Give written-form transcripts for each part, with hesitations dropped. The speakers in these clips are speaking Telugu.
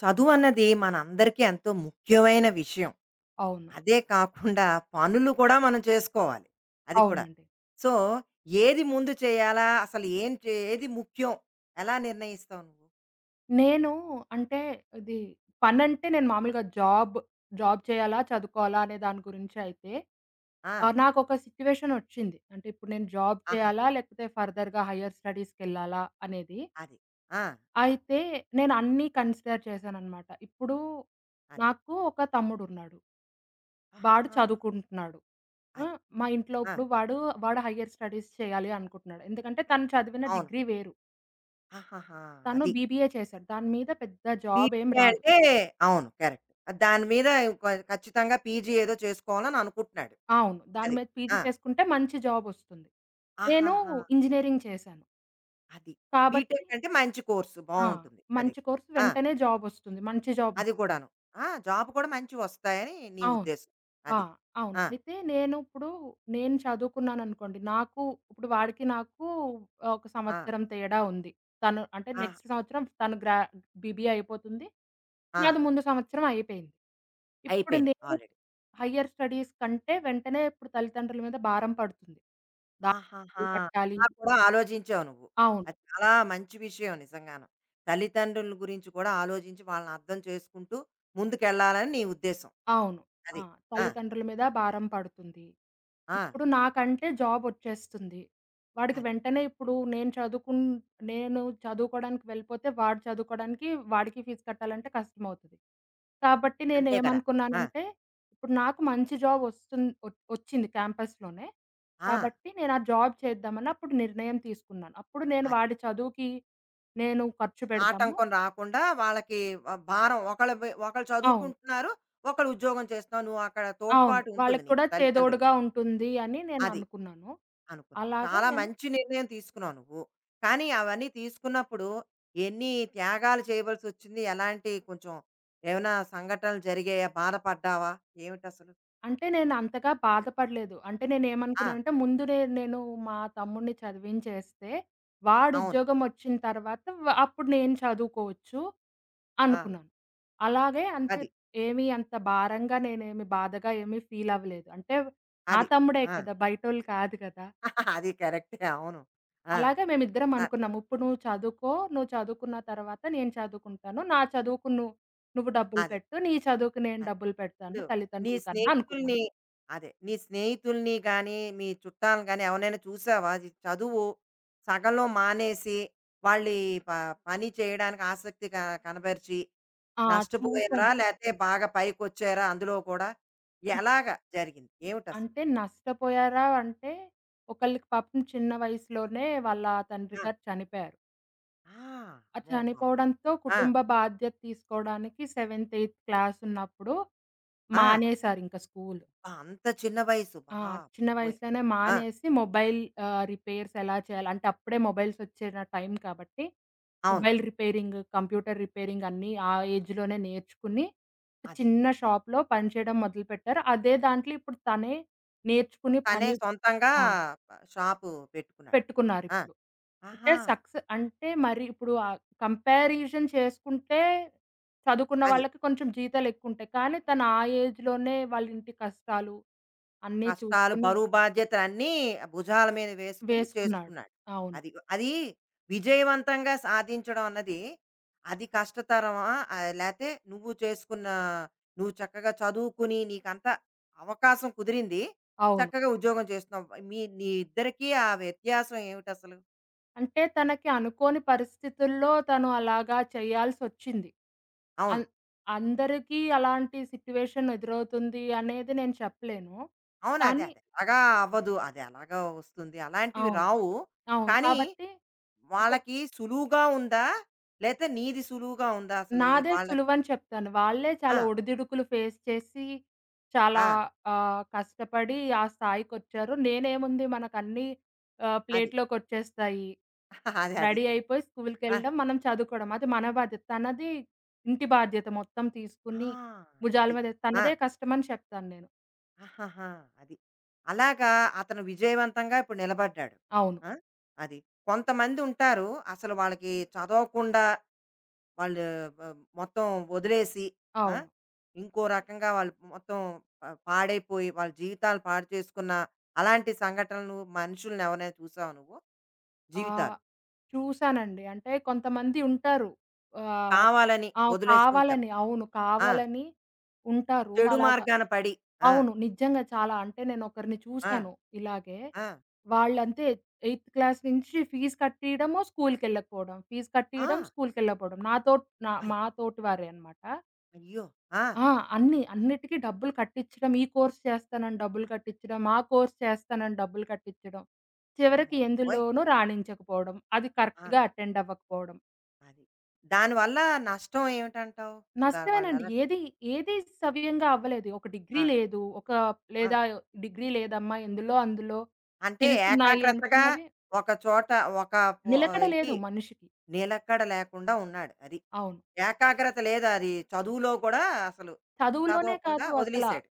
చదువు అన్నది మనందరికీ ఎంతో ముఖ్యమైన విషయం. అవును. అదే కాకుండా పనులు కూడా మనం చేసుకోవాలి. అది కూడా. అవునండి. సో, ఏది ముందు చేయాలా? అసలు ఏం చే ఏది ముఖ్యం? ఎలా నిర్ణయిస్తావు నువ్వు? నేను అంటే ఇది పనంటే నేను మామూలుగా జాబ్ చేయాలా? చదువుకోవాలా? అనే దాని గురించి అయితే ఆ! నాకొక సిట్యుయేషన్ ఒచ్చింది. అంటే ఇప్పుడు నేను జాబ్ ఆహాహా! చేయాలా? లేకపోతే ఫర్దర్‌గా హైర్ స్టడీస్‌కెళ్ళాలా? అనేది. అది. ఆ! అయితే నేను అన్నీ కన్సిడర్ చేశాననమాట. ఇప్పుడు అది. నాకు ఒక తమ్ముడున్నాడు. వాడు ఆహాహా! చదువుకుంటున్నాడు. ఆ! అది. మా ఇంట్లో ఆ! ఇప్పుడు వాడు హైర్ స్టడీస్ చేయాలి అనుకుంటున్నాడు. ఎందుకంటే తను చదివిన అవును. డిగ్రీ వేరు. ఆహాహా! తను అది. బీబీఏ చేశాడు. దాని మీద పెద్ద జాబ్ ఏం బీసీఏ రాదు. అంటే అవును. కరెక్ట్. దాని మీద ఇంకో ఖచ్చితంగా పీజీ ఏదో చేసుకోవాలని అనుకుంటున్నాడు. అవును. దాని అది. మీద పీజీ ఆ! చేసుకుంటే మంచి జాబొస్తుంది. నేను ఆహాహా! ఇంజినీరింగ్ చేశాను. అది. కాబట్టి బీటెక్ అంటే మంచి కోర్సు ఆ! బావుంటుంది. అది. మంచి కోర్స్ ఆ! వెంటనే జాబొస్తుంది. మంచి అది జాబొస్తుంది. కూడాను. ఆ! జాబ్ కూడా మంచివి వస్తాయని నీ అవును. ఉద్దేశం. ఆ! అది. అవును. ఆ! అయితే నేను ఇప్పుడు నేను చదువుకున్నాననుకోండి. నాకు ఇప్పుడు వాడికి నాకు ఒక ఆ! సంవత్సరం తేడా ఉంది. తను అంటే ఆ! నెక్స్ట్ సంవత్సరం తను గ్రా బీబీఏ అయిపోతుంది. ఆ! నాది ముందు సంవత్సరం అయిపోయింది. ఇప్పుడు అయిపోయింది నేను ఆల్రెడీ. హైయర్ స్టడీస్ కంటే వెంటనే ఇప్పుడు తల్లిదండ్రుల మీద భారం పడుతుంది. దానికి ఆహాహా! డబ్బులు కట్టాలి. అలా కూడా ఆలోచించావు నువ్వు. అవును. అది చాలా మంచి విషయం నిజంగాను. తల్లిదండ్రుల గురించి కూడా ఆలోచించి వాళ్ళని అర్థం చేసుకుంటూ ముందుకెళ్ళాలని నీ ఉద్దేశం. అవును. ఆ! అది. ఆ! తల్లిదండ్రుల మీద భారం పడుతుంది. ఆ! ఇప్పుడు నాకంటే జాబొచ్చేస్తుంది. వాడికి అది. వెంటనే ఇప్పుడు నేను చదువుకోవడానికి వెళ్ళిపోతే వాడు చదువుకోవడానికి వాడికి ఫీజు కట్టాలంటే కష్టమవుతది. కాబట్టి అంతే కదా! ఆ! నేనేమనుకున్నానంటే ఇప్పుడు నాకు మంచి జాబ్ వస్తుం ఒ వచ్చింది క్యాంపస్‌లోనే. ఆ! కాబట్టి నేనా జాబ్ చేద్దామని అప్పుడు నిర్ణయం తీసుకున్నాను. అప్పుడు నేను అది. వాడి చదువుకి నేను ఖర్చు పెడదాము. ఆటంకం రాకుండా వాళ్ళకి భారం ఒకళ్ళు అవును. చదువుకుంటున్నారు, ఒకళ్ళు ఉద్యోగం చేస్తున్నావు నువ్వు, అక్కడ అవును. తోడ్పాటు ఉంటుంది వాళ్ళకి నీకు కూడా తల్లిదండ్రులు. చేదోడుగా ఉంటుంది అని అది నేననుకున్నాను. అనుకున్నా, అలాగే చాలా నేను మంచి నిర్ణయం తీసుకున్నావు నువ్వు. కానీ అవన్నీ తీసుకున్నప్పుడు ఎన్ని త్యాగాలు చేయవలసి వచ్చింది? ఎలాంటి కొంచెం ఏమైనా సంఘటనలు జరిగాయా? బాధపడ్డావా? ఏమిటి అసలు? అంటే నేనంతగా బాధపడలేదు. అంటే ఆ, నేనేమనుకున్నానంటే ముందు నేను మా తమ్ముడిని చదివించేస్తే అవును. వాడుద్యోగం వచ్చిన తర్వాత అప్పుడు నేను చదువుకోవచ్చు. ఆ, అనుకున్నాను. అలాగే అంతే అది. ఏమి అంత భారంగా నేనేమి బాధగా ఏమి ఫీల్ అవ్వలేదు. అంటే నా అది. తమ్ముడే ఆ, కదా! బయటోళ్ళు కాదు కదా! అది కరెక్టే, అవును. ఆ, అలాగే మేమిద్దరం అ- అనుకున్నాం. "ఇప్పుడు నువ్వు చదువుకో. నువ్వు చదువుకున్న తర్వాత నేను చదువుకుంటాను. నా చదువుకు నువ్వు నువ్వు డబ్బులు అదే. పెట్టు. నీ చదువుకు నేను డబ్బులు పెడతాను ఇప్పుడు నీ తల్లిదండ్రుల కన్నా" అనుకున్నాం. స్నేహితుల్ని, అదే. నీ స్నేహితుల్ని గానీ, మీ చుట్టాలని గానీ ఎవరినైనా చూసావా? ఇది చదువు సగంలో మానేసి, వాళ్ళు ఈ ప పని చేయడానికి ఆసక్తి క కనబరిచి, ఆ! నష్టపోయారా? చూసాను. లేతే బాగా పైకొచ్చారా అందులో కూడా? ఎలాగా జరిగింది? ఏమిటసలు? అంటే నష్టపోయారా అంటే ఒకళ్ళకి పాపం చిన్న వయసులోనే వాళ్ళ తండ్రి ఆ! గారు చనిపోయారు. ఆ! ఆ! అమ్మో! పాపం. చనిపోవడంతో ఆ! కుటుంబ బాధ్యత తీసుకోవడానికి 7థ్, 8థ్ క్లాస్ ఉన్నప్పుడు ఆ! మానేసారింక స్కూలు. అబ్బా! అంత చిన్న వయసు. ఆ! చిన్న బాబోయ్! వయసులోనే ఆ! మానేసి మొబైల్ రిపేర్స్ ఎలా చేయాలి అంటే అప్పుడే మొబైల్సొచ్చిన టైం కాబట్టి, అవును. మొబైల్ రిపేరింగ్, కంప్యూటర్ రిపేరింగ్ అన్నీ ఆ ఏజ్‌లోనే నేర్చుకుని, అది. చిన్న షాప్‌లో పనిచేయడం మొదలుపెట్టారు. అదే దాంట్లో ఇప్పుడు తనే నేర్చుకుని తనే పని సొంతంగా ఆ! షాపు పెట్టుకున్నాడు. ఆ! పెట్టుకున్నారిప్పుడు. అంటే ఆహా! అంటే మరి ఇప్పుడు కంపారిజన్ చేసుకుంటే చదువుకున్న అది. వాళ్ళకి కొంచెం జీతాలెక్కువుంటాయి. కానీ తను ఆ ఏజ్‌లోనే వాళ్ళ ఇంటి కష్టాలు అన్నీ కష్టాలు, చూసుకొని బరువు బాధ్యతలన్నీ భుజాల మీద వేసుకుని వేసుకున్నాడు. చేసుకున్నాడు. అవును. అది. అది విజయవంతంగా సాధించడం అన్నది, అది కష్టతరమా? లేతే నువ్వు చక్కగా చదువుకుని నీకంతా అవకాశం కుదిరింది. అవును. చక్కగా ఉద్యోగం చేస్తున్నావు. నీ ఇద్దరికీ ఆ వ్యత్యాసం ఏమిటసలు? అంటే తనకి అనుకోని పరిస్థితుల్లో తను అలాగా చేయాల్సొచ్చింది. అవును. అన్ అందరికీ అలాంటి సిట్యుయేషన్ ఎదురవుతుంది అనేది నేను చెప్పలేను. అవును. అదే. కానీ అదే. అలాగా అవ్వదు. అది అలాగా వస్తుంది. అలాంటివి అవును. రావు. అవును. కానీ కాబట్టి వాళ్ళకి సులువుగా ఉందా? లేతే నీది సులువుగా ఉందా అసలు? నాదే వాళ్ళకి, సులువని చెప్తాను. వాళ్ళే ఆ! చాలా ఒడిదుడుకులు ఫేస్ చేసి, చాలా ఆ! కష్టపడి ఆ స్థాయికొచ్చారు. నేనేముంది మనకన్నీ అది. ప్లేట్‌లోకొచ్చేస్తాయి. అది, అది రెడీ కరెక్ట్. అయిపోయి ఆ! స్కూల్‌కెళ్ళడం, మనం చదువుకోవడం. అది మన బాధ్యత. తనది ఇంటి బాధ్యత మొత్తం ఆ! తీసుకుని, అది. ఆ! తనదే కష్టమని చెప్తాను నేను. ఆహాహా! అది. అలాగా అతను విజయవంతంగా ఇప్పుడు నిలబడ్డాడు. అవును. ఆ! అది. కొంతమందుంటారు, అసలు వాళ్ళకి చదవకుండా వాళ్ళు వ మొత్తం వదిలేసి, ఆ! అవును. ఇంకో రకంగా వాళ్ళు మొత్తం ప పాడైపోయి వాళ్ళ జీవితాలు పాడు చేసుకున్న అలాంటి సంఘటనలు, మనుషుల్ని ఎవరైనా చూసావా నువ్వు? ఆహ్, జీవితాలు. చూసానండి. అంటే కొంతమంది ఉంటారు. ఆహ్, కావాలని ఆ! వదిలేసుకుంటారు. కావాలని. అవును. ఆ! కావాలని ఉంటారు. చెడు అలాగ మార్గాన పడి. ఆ! అవును. నిజంగా చాలా. అంటే నేనొకరిని ఆ! చూశాను ఇలాగే. ఆ! వాళ్ళంతే ఎయిత్ క్లాస్ నుంచి ఫీజు కట్టియడము, స్కూలుకెళ్ళకపోవడం. ఫీజు ఆ! కట్టియడం, స్కూలుకెళ్ళకపోవడం. నాతో మా అయ్యో! తోటి వారే అన్నమాట. అయ్యో! ఆ! ఆ! అన్నీ. అన్నిటికి డబ్బులు కట్టిచ్చడం. ఈ కోర్స్ చేస్తానని డబ్బులు కట్టిచ్చడం, ఆ కోర్స్ చేస్తానని డబ్బులు కట్టిచ్చడం. చివరికి అమ్మబాబోయ్! ఎందులోనూ రాణించకపోవడం. అది ఆ! కరెక్ట్‌గా అటెండ్ అవ్వకపోవడం. అది. దానివల్ల నష్టం ఏమిటంటావు? ఇప్పుడు నష్టమేనండి. వాళ్ళలా? ఏది సవ్యంగా అవ్వలేదు. ఒక ఆ! డిగ్రీ లేదు. ఒక ఆ! లేదా డిగ్రీ లేదమ్మా ఎందులో అందులో అంటే స్కిల్స్ ఉన్నాయి ఏకాగ్రతగా అనుకున్నవి ఒక చోట, ఒక పొ నిలకడ ఇది లేదు మనిషికి. నిలకడ లేకుండా ఉన్నాడు. అది. అవును. ఏకాగ్రత లేదు, అది చదువులో కూడా అసలు చదువులోనే చదవకుండా కాదు వదిలేసాడు.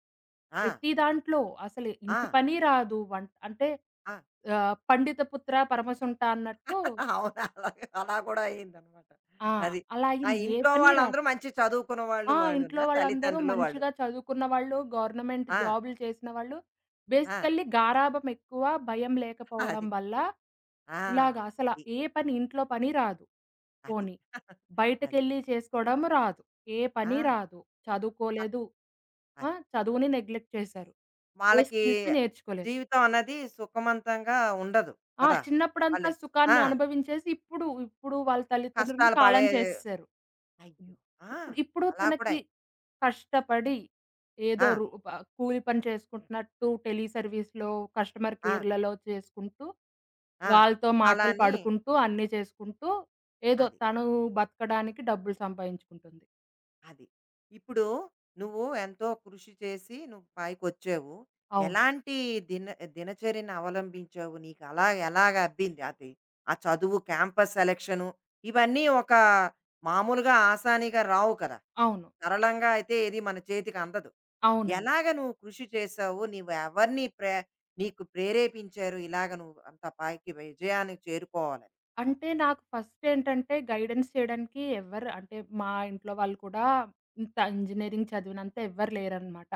ఆ! ప్రతి దాంట్లో అసలు ఆ! ఇంటి పని రాదు. వంట అంటే ఆ! పండిత పుత్ర పరమసుంట అన్నట్టు అవును. అలాగే అలా కూడా అయిందనమాట. ఆ! అది. అలా ఆ అయింది. ఏ ఇంట్లో పని వాళ్ళందరూ రాదు. మంచి చదువుకున్న వాళ్ళు ఆ! ఇంట్లో వాళ్ళునా? వాళ్ళందరూ తల్లిదండ్రులు వాళ్ళు. మంచిగా చదువుకున్న వాళ్ళు, గవర్నమెంట్ ఆ! జాబులు చేసిన వాళ్ళు. ఆ! బేసికల్లీ గారాబం ఎక్కువ, భయం లేకపోవడం అది. వల్ల, ఆ! ఇలాగ అసల అది. ఏ పని ఇంట్లో పని రాదు. అది. పోనీ అది. బయటకెళ్ళి చేసుకోవడం రాదు. ఏ ఆ! పని రాదు. అ చదువుకోలేదు. ఆ! అది. చదువుని నెగ్లెక్ట్ చేశారు. ఏ వాళ్ళకి స్కిల్స్ నేర్చుకోలేదు. జీవితం అన్నది సుఖవంతంగా ఉండదు ఆ! కదా! చిన్నప్పుడంతా వాళ్ళు, ఆ! సుఖాన్ని అనుభవించేసి ఇప్పుడు వాళ్ళ తల్లిదండ్రులు కష్టాలు పడే, కాలం చేసేశారు. అయ్యో! హ్మ్. ఆ! ఇప్పుడు ఇప్పుడు అలా కూడా తనకి అయింది. కష్టపడి ఏదో ఆ! రు ప కూలి పని చేసుకుంటున్నట్టు టెలి సర్వీస్‌లో కస్టమర్ ఆ! కేర్‌లలో చేసుకుంటూ, ఆ! వాళ్ళతో అలా మాటలు అని. పడుకుంటూ అన్నీ చేసుకుంటూ ఏదో అది. తను బతకడానికి డబ్బులు సంపాదించుకుంటుంది. అది. ఇప్పుడు నువ్వు ఎంతో కృషి చేసి నువ్వు పైకొచ్చావు. అవును. ఎలాంటి దిన దినచర్యను అవలంబించావు? నీకు అలా ఎలాగ అబ్బింది అది? ఆ చదువు, క్యాంపస్ సెలక్షను, ఇవన్నీ ఒక మామూలుగా ఆసానీగా రావు కదా! అవును. సరళంగా అయితే ఏది మన చేతికి అందదు. అవునండి. ఎలాగ నువ్వు కృషి చేసావు? నువ్వు ఎవరిని ప్రే నీకు ప్రేరేపించారు ఇలాగ నువ్వు అంత పైకి విజయానికి చేరుకోవాలని? అంటే నాకు ఫస్ట్ ఏంటంటే గైడెన్స్ చేయడానికి ఎవ్వరు అంటే మా ఇంట్లో వాళ్ళు కూడా ఇంత ఇంజినీరింగ్ చదివినంత ఎవ్వరు లేరనమాట.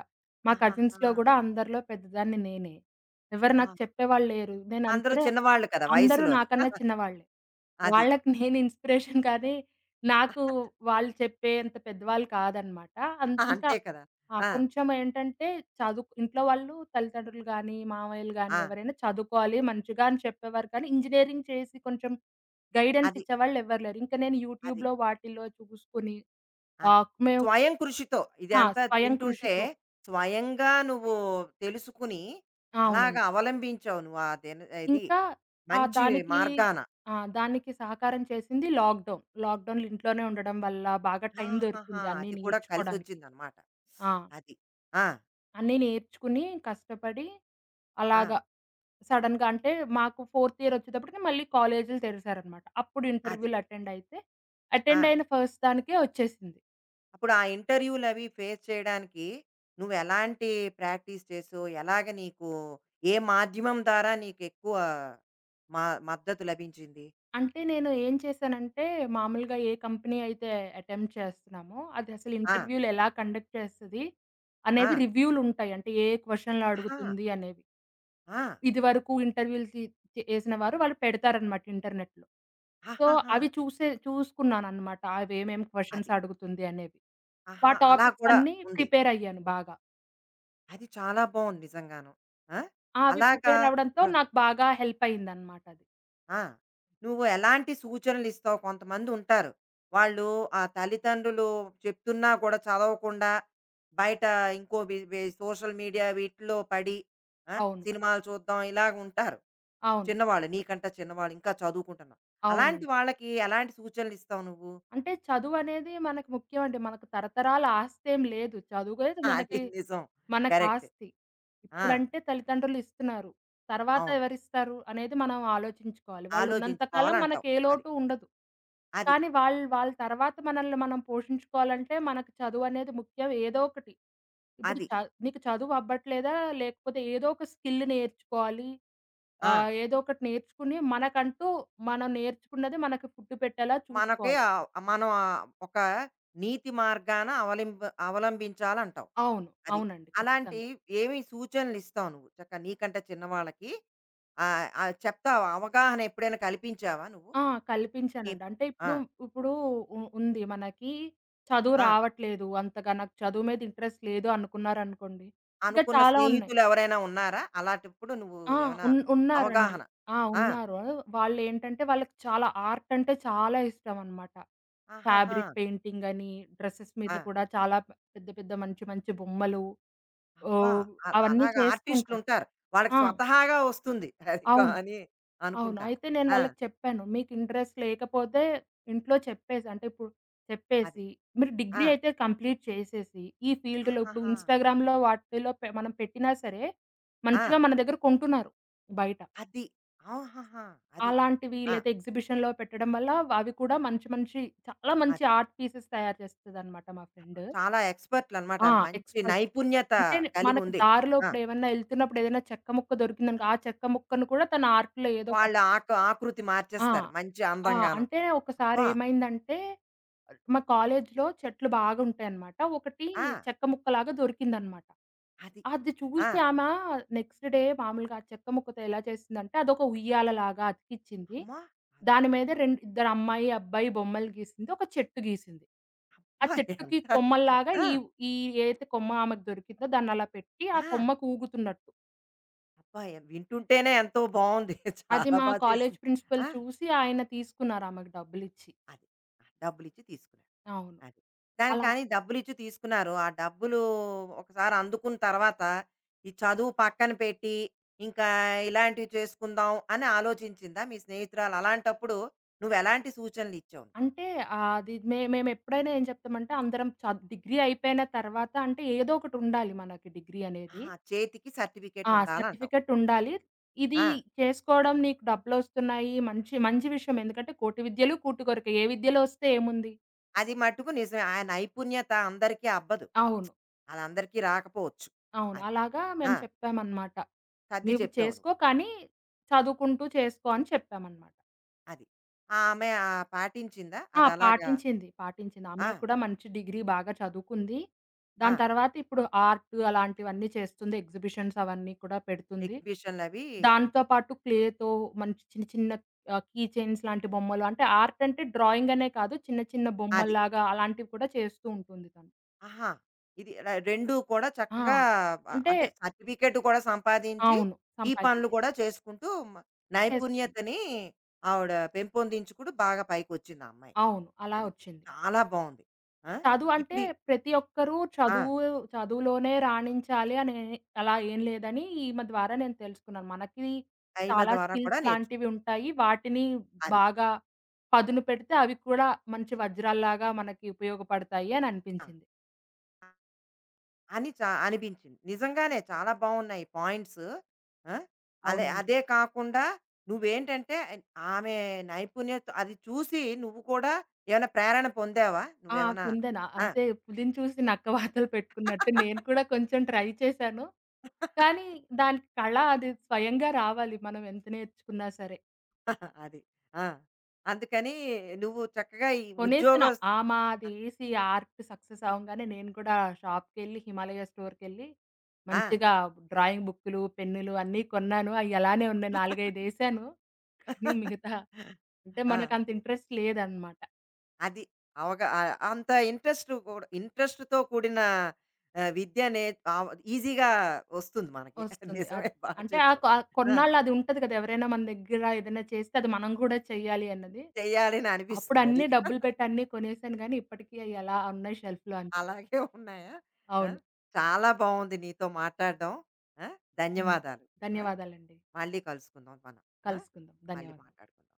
మా కజిన్స్‌లో ఆహాహా! గూడా అందరిలో పెద్దదాన్ని నేనే. ఎవరు అబ్బా! నాకు చెప్పేవాళ్ళు లేరు. నేను అందరూ అంతనే చిన్నవాళ్ళు కదా అందరూ వయసులోని. నాకన్నా చిన్నవాళ్ళే. అది. వాళ్ళకి నేను ఇన్‌స్పిరేషన్ కానీ, నాకు వాళ్ళు చెప్పేంత పెద్దవాళ్ళు కాదనమాట. ఆ, ఇంకా అంతే కదా! ఆ! ఆ! కొంచెం ఏంటంటే చదువు ఇంట్లో వాళ్ళు తల్లిదండ్రులు గానీ, మామయ్యలు గానీ ఆ! ఎవరైనా చదువుకోవాలి మంచిగా అని చెప్పేవారు కానీ, ఇంజినీరింగ్ చేసి కొంచెం గైడెన్స్ అది. ఇచ్చేవాళ్ళు ఎవ్వరు లేరు. ఇంక నేను అది. యూట్యూబ్‌లో వాటిల్లో చూసుకొని అది. మేము స్వయం కృషితో ఆ! ఇదంతా స్వయం వింటుంటే, కృషితో స్వయంగా నువ్వు తెలుసుకుని అలాగా అవునండి. అవలంబించావు నువ్వు ఆ దిన ఇది ఇంకా మంచి దానికి మార్గాన. ఆ! దానికి సహకారం చేసింది లాక్‌డౌన్. లాక్‌డౌన్‌లో ఇంట్లోనే ఉండడం వల్ల బాగా టైం ఆహాహా! దొరికింది అన్నీ అది కూడా నేర్చుకోడానికి. కలిసొచ్చిందనమాట. ఆ! అది. ఆ! అన్నీ నేర్చుకుని కష్టపడి ఆ! అలాగా సడెన్‌గా అంటే మాకు ఫోర్త్ ఇయర్ వచ్చేటప్పటికి మళ్ళీ కాలేజీలు తెరిసారనమాట. అప్పుడు అది. ఇంటర్వ్యూలు అటెండ్ అయితే అటెండ్ ఆ! అయిన ఫస్ట్ దానికే వచ్చేసింది. అప్పుడు ఆ ఇంటర్వ్యూలవి ఫేస్ చేయడానికి నువ్వెలాంటి ప్రాక్టీస్ చేసావు? ఎలాగ నీకు ఏ మాధ్యమం ద్వారా నీకెక్కువ మ మద్దతు లభించింది? అంటే నేను ఏం చేశానంటే, మామూలుగా ఏ కంపెనీ అయితే అటెంప్ట్ చేస్తున్నామో, అది అసలు ఆ! ఇంటర్వ్యూలు ఎలా కండక్ట్ చేస్తది అనేవి ఆ! రివ్యూలుంటాయి. అంటే ఏ క్వెషన్‌లు ఆహా! అడుగుతుంది అనేవి. ఆ! ఇదివరకు ఇంటర్వ్యూలు తీ చేసిన వారు వాళ్ళు పెడతారనమాట ఇంటర్నెట్‌లో. సో, ఆహాహా! అవి చూసుకున్నాననమాట. అవేమేం అది. క్వెషన్స్ అడుగుతుంది అనేవి. ఆ ఆహా! అలా టాపిక్స్ కూడా అన్నీ ఉంది. ప్రిపేర్ అయ్యాను బాగా. అది చాలా బావుంది నిజంగాను. ఆ! ఆ! అవి అలాగా. ప్రిపేర్ అవ్వడంతో హ్మ్. నాకు బాగా హెల్ప్ అయిందనమాట అది. ఆ! నువ్వు ఎలాంటి సూచనలిస్తావు? కొంతమందుంటారు. వాళ్ళు ఆ తల్లిదండ్రులు చెప్తున్నా కూడా చదవకుండా బయట ఇంకో వి వి సోషల్ మీడియా వీటిలో పడి, ఆ! అవును. సినిమాలు చూద్దాం ఇలాగుంటారు. అవును. చిన్నవాళ్ళు, నీకంటే చిన్నవాళ్ళు ఇంకా చదువుకుంటున్నారు. అలాంటి అవునండి. వాళ్ళకి ఎలాంటి సూచనలిస్తావు నువ్వు? అంటే చదువనేది మనకి ముఖ్యమండి. మనకు తరతరాల ఆస్తేం లేదు. చదువుకునే ఆ, మనకి, అది మనకి నిజం. మనకు కరెక్ట్. ఆస్తి. ఆ! ఇప్పుడంటే తల్లిదండ్రులు ఇస్తున్నారు. తర్వాత అవును. ఎవరిస్తారు అనేది మనం ఆలోచించుకోవాలి. వాళ్ళున్నంత కాలం ఆలోచించుకోవాలంటావు. మనకే అది. లోటు ఉండదు. అది. కానీ వాళ్ళు వాళ్ళ తర్వాత మనల్ని మనం పోషించుకోవాలంటే మనకు చదువనేది ముఖ్యం. ఏదో ఒకటి. ఇప్పుడు అది. చ నీకు చదువు అవ్వట్లేదా? లేకపోతే ఏదో ఒక స్కిల్ నేర్చుకోవాలి. ఆ! ఏదో ఒకటి నేర్చుకుని మనకంటూ మనం నేర్చుకున్నది మనకు పుట్టు పెట్టేలా మనకి చూసుకోవాలి. మనం ఒక నీతి మార్గాన అవలంబించాలంటావు. అవును. అది. అవునండి. అలాంటి ఖచ్చితంగా. ఏమి సూచనలిస్తావు నువ్వు? చక్కగా నీకంటే చిన్నవాళ్ళకి ఆహ్, ఆహ్, చెప్తావా? అవగాహన ఎప్పుడైనా కల్పించావా నువ్వు? ఆ! నీ కల్పించానండి. ప అంటే ఆ! ఇప్పుడు ఉంది మనకి చదువు ఆ! రావట్లేదు అంతగా, నాకు చదువు మీద ఇంట్రెస్ట్ లేదు అనుకున్నారనుకోండి. ఇంకా అనుకున్న చాలా ఉన్నాయి. స్నేహితులెవరైనా ఉన్నారా? అలాంటప్పుడు నువ్వు ఆ! ఏమైనా ఉన్నారండి. అవగాహన? ఆ! ఆ! ఉన్నారు. వాళ్ళేంటంటే వాళ్ళకి చాలా ఆర్ట్ అంటే చాలా ఇష్టమనమాట. ఆహాహా! ఫ్యాబ్రిక్ పెయింటింగ్ అని, డ్రెసెస్ మీద ఆ! కూడా చాలా పెద్ద పెద్ద మంచి మంచి బొమ్మలు అబ్బా! ఓహ్! అవన్నీ అలాగా చేస్తూ ఉంటారు. ఆర్టిస్ట్‌లుంటారు. వాళ్ళకి ఆ! స్వతహాగా వస్తుంది. అది కా అవును. అని అవును. అనుకుంటాను. అయితే నేను ఆ! వాళ్ళకి చెప్పాను. మీకు ఇంట్రెస్ట్ లేకపోతే ఇంట్లో చెప్పేసి అంటే ఇప్పుడు అది. చెప్పేసి మీరు డిగ్రీ ఆ! అయితే కంప్లీట్ చేసేసి, ఈ ఫీల్డ్‌లో ఇప్పుడు ఆహాహా! ఇన్‌స్టాగ్రామ్‌లో వాటిలో మనం పెట్టినా సరే, ఆ! మంచిగా మన దగ్గర కొంటున్నారు బయట. అది. ఆహాహా! అది. అలాంటివి ఆ! లేతే ఎగ్జిబిషన్‌లో పెట్టడం వల్ల అవి కూడా మంచి మంచి చాలా మంచి అది. ఆర్ట్ పీసెస్ తయారు చేస్తదనమాట మా అబ్బా! ఫ్రెండ్. చాలా ఎక్స్‌పర్ట్‌లనమాట. ఆ! మంచి ఎక్స్‌పర్ట్. నైపుణ్యత అంటే మనకి కలిగుంది. దారిలో ఆ! ఇప్పుడు ఏమన్నా ఎళ్తున్నప్పుడు ఏదైనా చెక్క ముక్క దొరికిందనుకో, ఆ చెక్క ముక్కను కూడా తన ఆర్ట్‌లో ఏదో ఒకటి వాళ్ళు ఆకృతి ఆ! మార్చేస్తారు మంచి ఆ! అందంగాను. అంటే ఒకసారి అబ్బా! ఏమైందంటే, మా కాలేజీలో చెట్లు బాగుంటాయన్నమాట. ఒకటి ఆ! చెక్క ముక్కలాగా దొరికిందన్నమాట. అది. అది ఆ! చూసి నెక్స్ట్ డే మామూలుగా ఆ చెక్క ముక్కతో ఎలా చేసిందంటే, అదొక ఉయ్యాలలాగా అతికిచ్చింది. అమ్మా! అబ్బా! దాని మీద అబ్బా! రెండు ఇద్దరు అమ్మాయి, అబ్బాయి బొమ్మలు గీసింది. ఒక చెట్టు గీసింది. ఆ అబ్బా! చెట్టుకి ఎంత, కొమ్మల్లాగా ఆ! ఈ ఈ ఏదైతే కొమ్మ ఆమెకు దొరికిందో దాన్నలా పెట్టి, ఆ ఆ! కొమ్మకు ఊగుతున్నట్టు. అబ్బా! ఎన్ వింటుంటేనే ఎంతో బావుంది. అది చాలా మా బా కాలేజీ చేసింది. ప్రిన్సిపల్ ఆ! చూసి ఆయన తీసుకున్నారు ఆమెకు డబ్బులిచ్చి. అది. ఆ! డబ్బులిచ్చి తీసుకున్నారు. అవును. అది. దానికి అలా కానీ డబ్బులిచ్చి తీసుకున్నారు. ఆ డబ్బులు ఒకసారి అందుకున్న తర్వాత, ఈ చదువు పక్కన పెట్టి, ఇంకా ఇలాంటివి చేసుకుందాం అని ఆలోచించిందా మీ స్నేహితురాలు? అలాంటప్పుడు నువ్వెలాంటి సూచనలిచ్చావు? అంటే అది మేమెప్పుడైనా ఏం చెప్తామంటే అందరం డిగ్రీ అయిపోయిన తర్వాత అంటే ఏదో ఒకటుండాలి మనకి డిగ్రీ అనేది. ఆహా! చేతికి సర్టిఫికేట్ ఆ! ఉండాలంటావు. సర్టిఫికేట్ ఉండాలి. ఇది ఆ! చేసుకోవడం నీకు డబ్బులొస్తున్నాయి. మంచి మంచి విషయం. ఎందుకంటే కోటి విద్యలు కూటి కొరకే. ఏ విద్యలో వస్తే ఏముంది? అది మట్టుకు నిజమే. ఆ నైపుణ్యత అందరికీ అబ్బదు. అవును. అది అందరికీ రాకపోవచ్చు. అవును. అది. అలాగా ఆ! మేము చెప్పామన్నమాట. సర్ది "నీవు చెప్పావు నువ్వు. చేసుకో కానీ చదువుకుంటూ చేసుకో" అని చెప్పామన్నమాట. అది. ఆ! ఆమె పాటించిందా? ఆ! అదలాగా. పాటించింది. పాటించింది. ఆ! ఆమె కూడా మంచి డిగ్రీ బాగా చదువుకుంది. ఆ! దాని తర్వాత ఇప్పుడు ఆర్ట్ అలాంటివన్నీ చేస్తుంది. ఎగ్జిబిషన్స్ అవన్నీ కూడా పెడుతుంది. ఎగ్జిబిషన్‌లవి దాంతో ఉంటుంది. పాటు క్లేతో మంచి చిన్న చిన్న కీ చైన్స్ లాంటి బొమ్మలు అంటే ఆర్ట్ అంటే డ్రాయింగ్ అనే కాదు. చిన్న చిన్న అది. బొమ్మల్లాగా అలాంటివి కూడా చేస్తూ ఉంటుంది తను. ఆహా! ఇది ర 2 కూడా ఆ! చక్కగా అంటే అంటే సర్టిఫికేట్ కూడా సంపాదించి, అవును. ఈ పనులు సంపాదించింది. కూడా చేసుకుంటూ చేస్తుంది. నైపుణ్యతని ఆవిడ పెంపొందించుకుంటూ బాగా పైకొచ్చింది ఆ అమ్మాయి. అవును. అలా అది. వచ్చింది. చాలా బావుంది. ఆ! చదువంటే ఇప్పుడు ఈ, ప్రతి ఒక్కరూ ఆ! చదువు చదువులోనే రాణించాలి అని అలా ఏం లేదని ఈమె ద్వారా నేను తెలుసుకున్నాను. మనకి ఆ ఈమె చాలా ద్వారా కూడా స్కిల్స్ నేర్చుకున్నాం. లాంటివి ఉంటాయి. వాటిని అది. బాగా పదును పెడితే అవి కూడా మంచి వజ్రాల్లాగా మనకి ఉపయోగపడతాయి అని ఆ! అనిపించింది. అని చా అనిపించింది. నిజంగానే చాలా బావున్నాయి పాయింట్స్. ఆ! అలే అవునండి. అదే కాకుండా నువ్వేంటంటే ఆమె నైపుణ్యత అది చూసి నువ్వు కూడా ఏమైనా ప్రేరణ పొందావా? ఆ! నువ్వేమైనా? కుందన. ఆ! అంతే పులిని చూసి నక్క వాతలు పెట్టుకున్నట్టు నేను కూడా కొంచెం ట్రై చేశాను. కానీ దానికి కళ అది స్వయంగా రావాలి. మనం ఎంత నేర్చుకున్నా సరే. అది. ఆ! అందుకని నువ్వు చక్కగా ఈ కొనేసాను. ఉద్యోగస్. ఆ! మాదేసి ఆర్ట్ సక్సెస్ అవ్వంగానే నేను కూడా షాప్‌కెళ్ళి, హిమాలయ స్టోర్‌కెళ్ళి ఆ! మంచిగా డ్రాయింగ్ బుక్కులు, పెన్నులు అన్నీ కొన్నాను. అయ్యలానే ఉన్నాయి. 4, 5 ఏశాను. కానీ మిగతా అంటే ఆ! మనకంత ఇంట్రెస్ట్ లేదనమాట. అది అవగా ఆ- అంత ఇంట్రెస్ట్ కూడా ఇంట్రెస్ట్తో కూడిన ఆ, విద్య అనే ఈజీగా వస్తుంది మనకి. వస్తుంది. నిజమే అదే. బాగా అంటే ఆ చెప్తాం. క ఆ, కొన్నాళ్ళు అది ఉంటది కదా! ఎవరైనా మన దగ్గర ఏదైనా చేస్తే అది మనం కూడా చెయ్యాలి అన్నది. చెయ్యాలని అప్పుడు అనిపిస్తుంది అది. అన్నీ డబ్బులు పెట్టి అన్నీ కొనేసాను గానీ, ఇప్పటికి అయ్యలా ఉన్నాయి షెల్ఫ్‌లో అంతే. అలాగే ఉన్నాయా? ఆ, అవును. చాలా బాగుంది నీతో మాట్లాడడం. ఆ, హ్మ్. ధన్యవాదాలు. ఆ, ధన్యవాదాలండి. మళ్ళీ కలుసుకుందాం మనం. ఆ, కలుసుకుందాం. మళ్ళీ ధన్యవాదాలు. మాట్లాడుకుందాం.